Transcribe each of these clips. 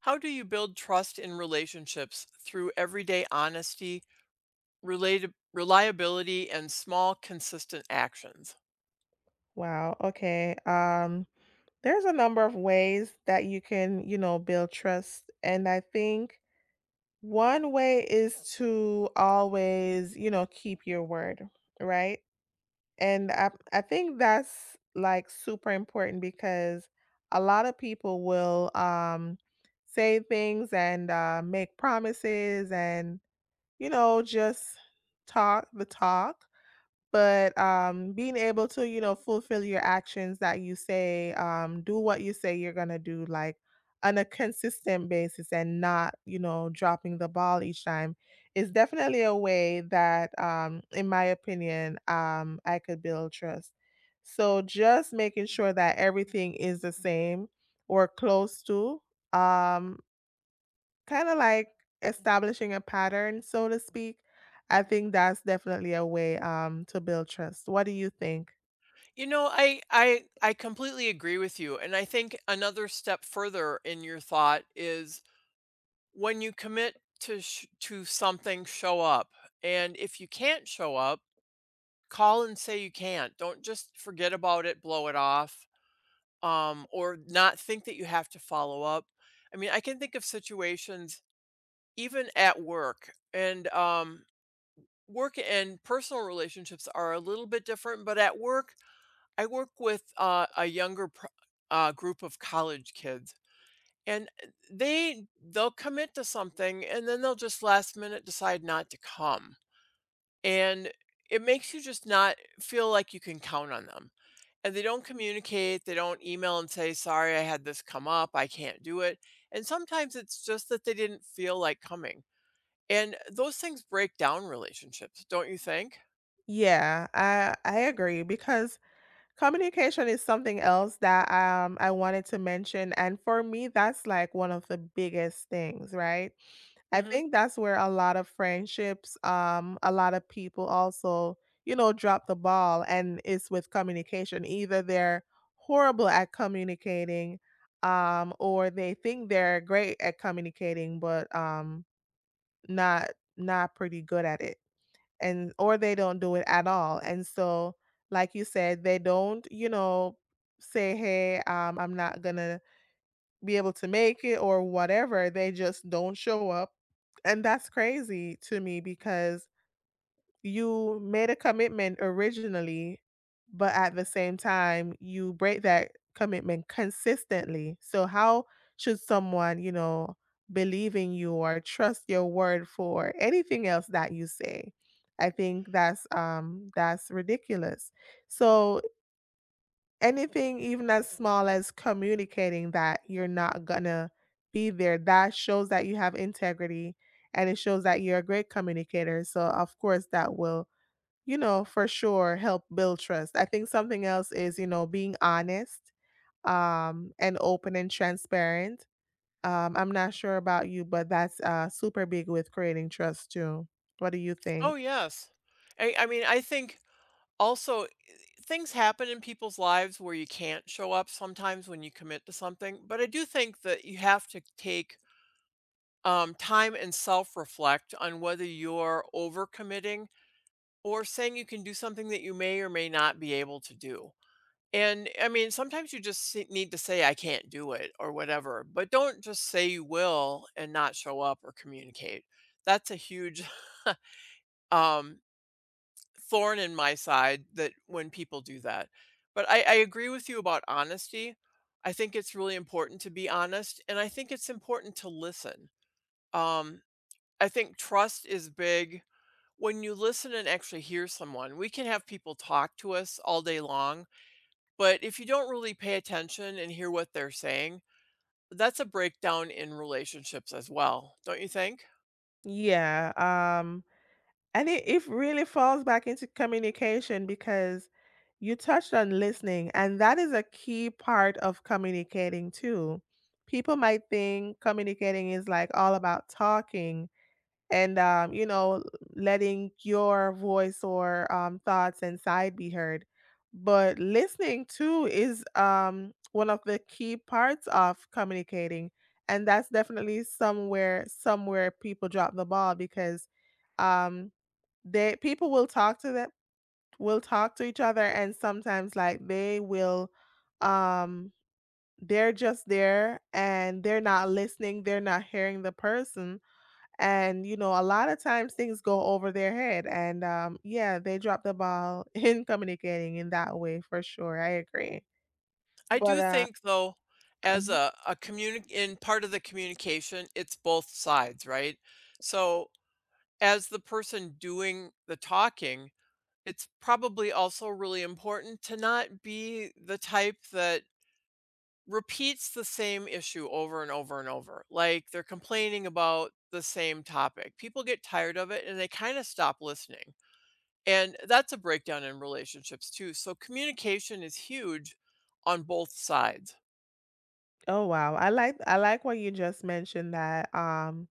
How do you build trust in relationships through everyday honesty, related reliability, and small, consistent actions? Wow. Okay. There's a number of ways that you can, you know, build trust. And I think one way is to always, you know, keep your word, right? And I think that's like super important because a lot of people will say things and make promises and, you know, just talk the talk but, being able to, you know, fulfill your actions that you say, do what you say you're gonna do, like, on a consistent basis and not, you know, dropping the ball each time is definitely a way that, in my opinion, I could build trust. So just making sure that everything is the same or close to, um Kinda like establishing a pattern, so to speak. I think that's definitely a way, to build trust. What do you think? You know, I completely agree with you, and I think another step further in your thought is when you commit to something, show up. And if you can't show up, call and say you can't. Don't just forget about it, blow it off, or not think that you have to follow up. I mean, I can think of situations even at work, and work and personal relationships are a little bit different, but at work I work with a younger group of college kids, and they'll commit to something, and then they'll just last minute decide not to come, and it makes you just not feel like you can count on them. And they don't communicate. They don't email and say, "Sorry, I had this come up. I can't do it." And sometimes it's just that they didn't feel like coming, and those things break down relationships, don't you think? Yeah, I agree because communication is something else that, I wanted to mention, and for me, that's like one of the biggest things, right? I Hmm. think that's where a lot of friendships, a lot of people also, you know, drop the ball and it's with communication. Either they're horrible at communicating, or they think they're great at communicating, but not not pretty good at it. And or they don't do it at all. And so, like you said, they don't, you know, say, hey, I'm not gonna be able to make it or whatever, they just don't show up. And that's crazy to me because you made a commitment originally, but at the same time, you break that commitment consistently. So, how should someone, you know, believe in you or trust your word for anything else that you say? I think that's ridiculous. So anything even as small as communicating that you're not gonna be there, that shows that you have integrity and it shows that you're a great communicator, so of course that will, you know, for sure help build trust. I think something else is, you know, being honest and open and transparent. I'm not sure about you, but that's super big with creating trust too. What do you Oh think? yes, I mean, I think also things happen in people's lives where you can't show up sometimes when you commit to something, but I do think that you have to take time and self reflect on whether you're overcommitting or saying you can do something that you may or may not be able to do. And I mean, sometimes you just need to say, I can't do it or whatever, but don't just say you will and not show up or communicate. That's a huge um, thorn in my side that when people do that. But I agree with you about honesty. I think it's really important to be honest, and I think it's important to listen. Um, I think trust is big. When you listen and actually hear someone, we can have people talk to us all day long, but if you don't really pay attention and hear what they're saying, that's a breakdown in relationships as well, don't you think? Yeah. And it really falls back into communication because you touched on listening, and that is a key part of communicating too. People might think communicating is like all about talking and you know, letting your voice or thoughts and side be heard, but listening too is, one of the key parts of communicating, and that's definitely somewhere people drop the ball because um, they people will talk to them will talk to each other and sometimes like they will um they're just there and they're not listening, they're not hearing the person. And you know, a lot of times things go over their head and yeah, they drop the ball in communicating in that way for sure. I agree. I But do think though, as uh-huh. a communi in part of the communication, it's both sides, right? So, as the person doing the talking, it's probably also really important to not be the type that repeats the same issue over and over and over. Like they're complaining about the same topic. People get tired of it and they kind of stop listening. And that's a breakdown in relationships too. So communication is huge on both sides. Oh wow. I like what you just mentioned, that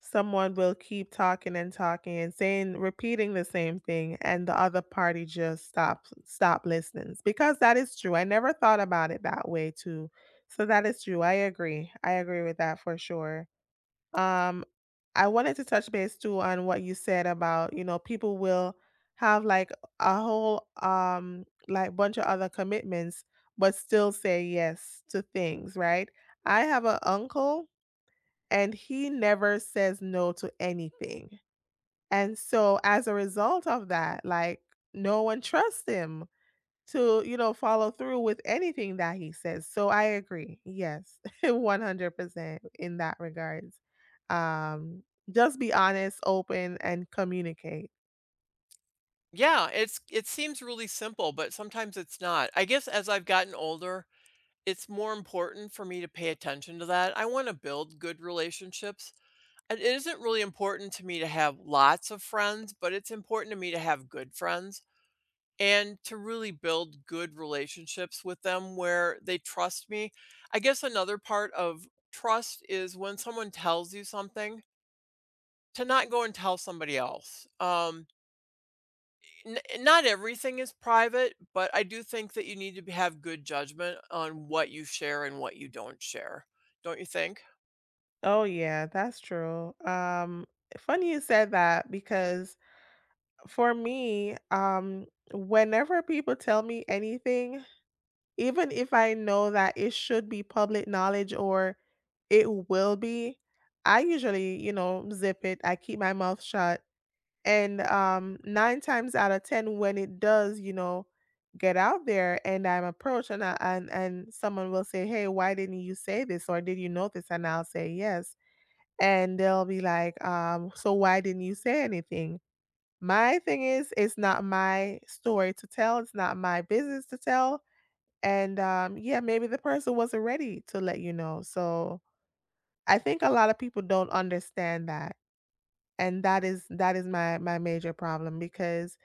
someone will keep talking and talking and saying repeating the same thing and the other party just stop listening, because that is true. I never thought about it that way too. So that is true. I agree, I agree with that for sure. um I wanted to touch base too on what you said about, you know, people will have like a whole like bunch of other commitments but still say yes to things, right? I have an uncle and he never says no to anything. And so as a result of that, like no one trusts him to, you know, follow through with anything that he says. So I agree. Yes. 100% in that regards. Um just be honest, open and communicate. Yeah, it seems really simple, but sometimes it's not. I guess as I've gotten older, it's more important for me to pay attention to that. I want to build good relationships. It isn't really important to me to have lots of friends, but it's important to me to have good friends and to really build good relationships with them where they trust me. I guess another part of trust is when someone tells you something, to not go and tell somebody else. N not everything is private, but I do think that you need to b have good judgment on what you share and what you don't share. Don't you think? Oh yeah, that's true. Funny you said that because for me, whenever people tell me anything, even if I know that it should be public knowledge or it will be, I usually, you know, zip it. I keep my mouth shut. And nine times out of 10, when it does, you know, get out there and I'm approached and, and someone will say, "Hey, why didn't you say this? Or did you know this?" And I'll say, "Yes." And they'll be like, "So why didn't you say anything?" My thing is, it's not my story to tell. It's not my business to tell. And, yeah, maybe the person wasn't ready to let you know. So, I think a lot of people don't understand that, and that is my major problem because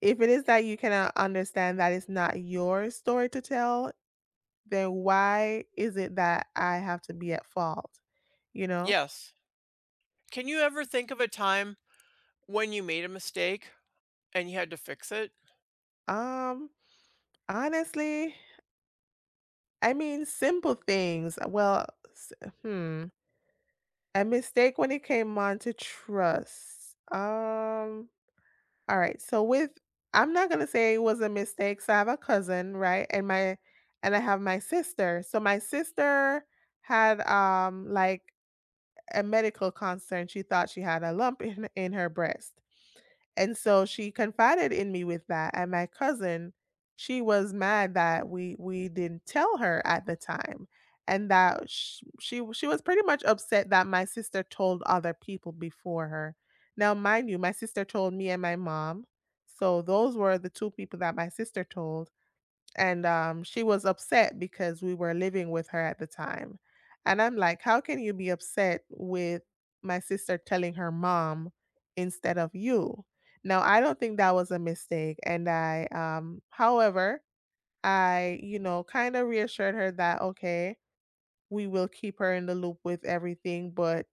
if it is that you cannot understand that it's not your story to tell, then why is it that I have to be at fault, you know? Yes. Can you ever think of a time when you made a mistake and you had to fix it? Um, honestly, I mean, simple things. Well, s hmm, a mistake when it came on to trust. Alright, so with I'm not gonna say it was a mistake, so I have a cousin, right? And I have my sister. So my sister had, like, a medical concern, she thought she had a lump in her breast. And so she confided in me with that, and my cousin, she was mad that we didn't tell her at the time, and that sh she w she was pretty much upset that my sister told other people before her. Now, mind you, my sister told me and my mom, so those were the two people that my sister told, and she was upset because we were living with her at the time. And I'm like, how can you be upset with my sister telling her mom instead of you? Now, I don't think that was a mistake. And however, I, you know, kind of reassured her that, okay, we will keep her in the loop with everything, but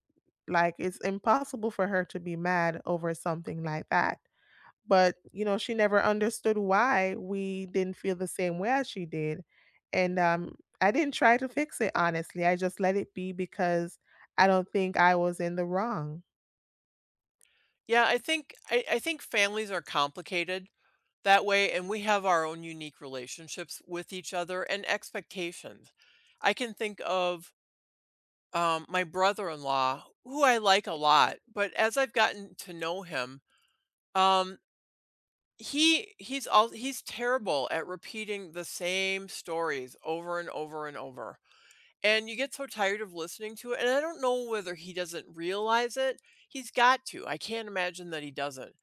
like it's impossible for her to be mad over something like that. But, you know, she never understood why we didn't feel the same way as she did. And I didn't try to fix it, honestly. I just let it be because I don't think I was in the wrong. Yeah, I think families are complicated that way, and we have our own unique relationships with each other and expectations. I can think of, my brother-in-law, who I like a lot, but as I've gotten to know him, um, he he's all he's terrible at repeating the same stories over and over and over. And you get so tired of listening to it, and I don't know whether he doesn't realize it. He's got to. I can't imagine that he doesn't,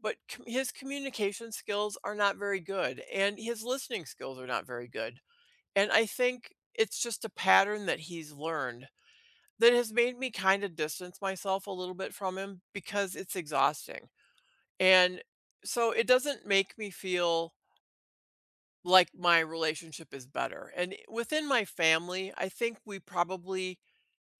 but his communication skills are not very good and his listening skills are not very good, and I think it's just a pattern that he's learned that has made me kind of distance myself a little bit from him because it's exhausting. And so it doesn't make me feel like my relationship is better, and within my family I think we probably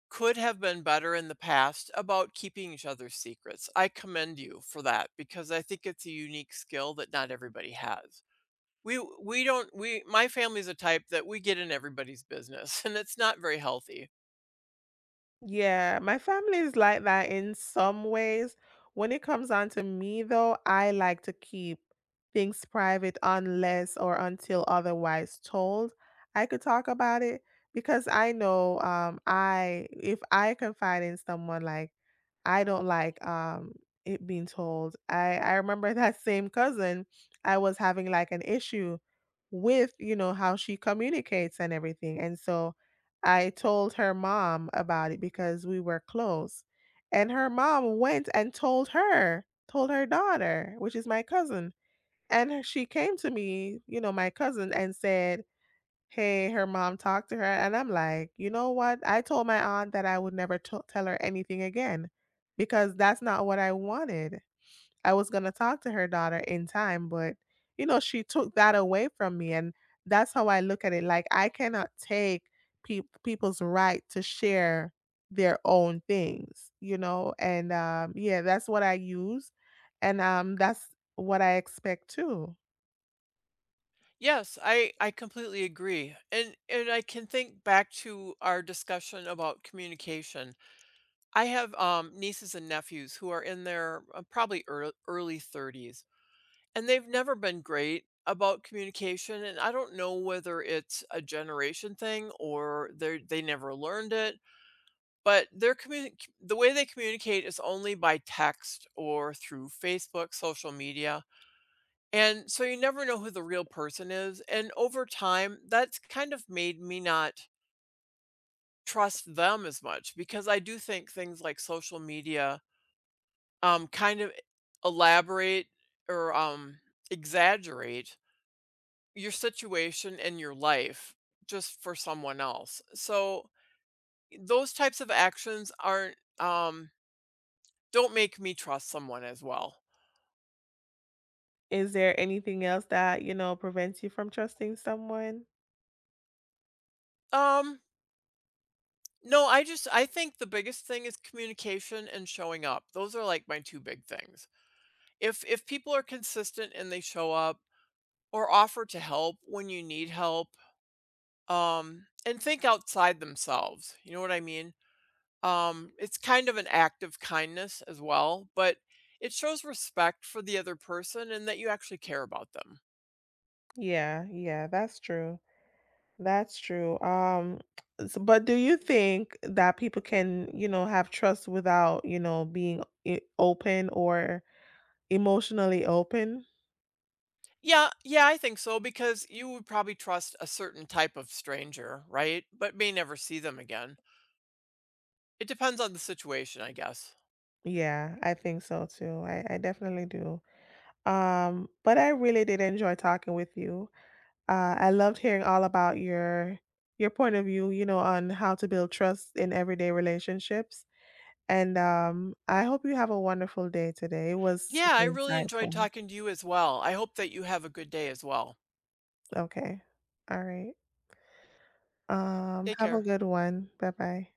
could have been better in the past about keeping each other's secrets. I commend you for that because I think it's a unique skill that not everybody has. We don't we my family's a type that we get in everybody's business and it's not very healthy. Yeah, my family is like that in some ways. When it comes down to me, though, I like to keep things private unless or until otherwise told. I could talk about it because I know, I, if I confide in someone, like I don't like, it being told. I remember that same cousin, I was having, like, an issue with, you know, how she communicates and everything, and so I told her mom about it because we were close, and her mom went and told her daughter, which is my cousin, and she came to me, you know, my cousin, and said, "Hey, her mom talked to her," and I'm like, "You know what? I told my aunt that I would never t tell her anything again because that's not what I wanted. I was gonna talk to her daughter in time, but, you know, she took that away from me," and that's how I look at it, like, I cannot take people's right to share their own things, you know, and, yeah, that's what I use, and, that's what I expect too. Yes, I completely agree. And I can think back to our discussion about communication. I have nieces and nephews who are in their probably early, early 30s. And they've never been great about communication, and I don't know whether it's a generation thing or they never learned it, but the way they communicate is only by text or through Facebook, social media, and so you never know who the real person is, and over time, that's kind of made me not trust them as much because I do think things like social media, kind of elaborate or, exaggerate your situation in your life just for someone else. So those types of actions aren't don't make me trust someone as well. Is there anything else that, you know, prevents you from trusting someone? Um no, I think the biggest thing is communication and showing up. Those are like my two big things. If people are consistent and they show up or offer to help when you need help, and think outside themselves. You know what I mean? It's kind of an act of kindness as well, but it shows respect for the other person and that you actually care about them. Yeah, yeah, that's true. That's true. S but do you think that people can, you know, have trust without, you know, being e open or emotionally open? Yeah, yeah, I think so because you would probably trust a certain type of stranger, right? But may never see them again. It depends on the situation, I guess. Yeah, I think so too. I definitely do. But I really did enjoy talking with you. I loved hearing all about your point of view, you know, on how to build trust in everyday relationships. And, I hope you have a wonderful day today. It was Yeah, super I really enjoyed insightful. talking to you as well. I hope that you have a good day as well. Okay. All right. Take Have a care. good one. Bye-bye.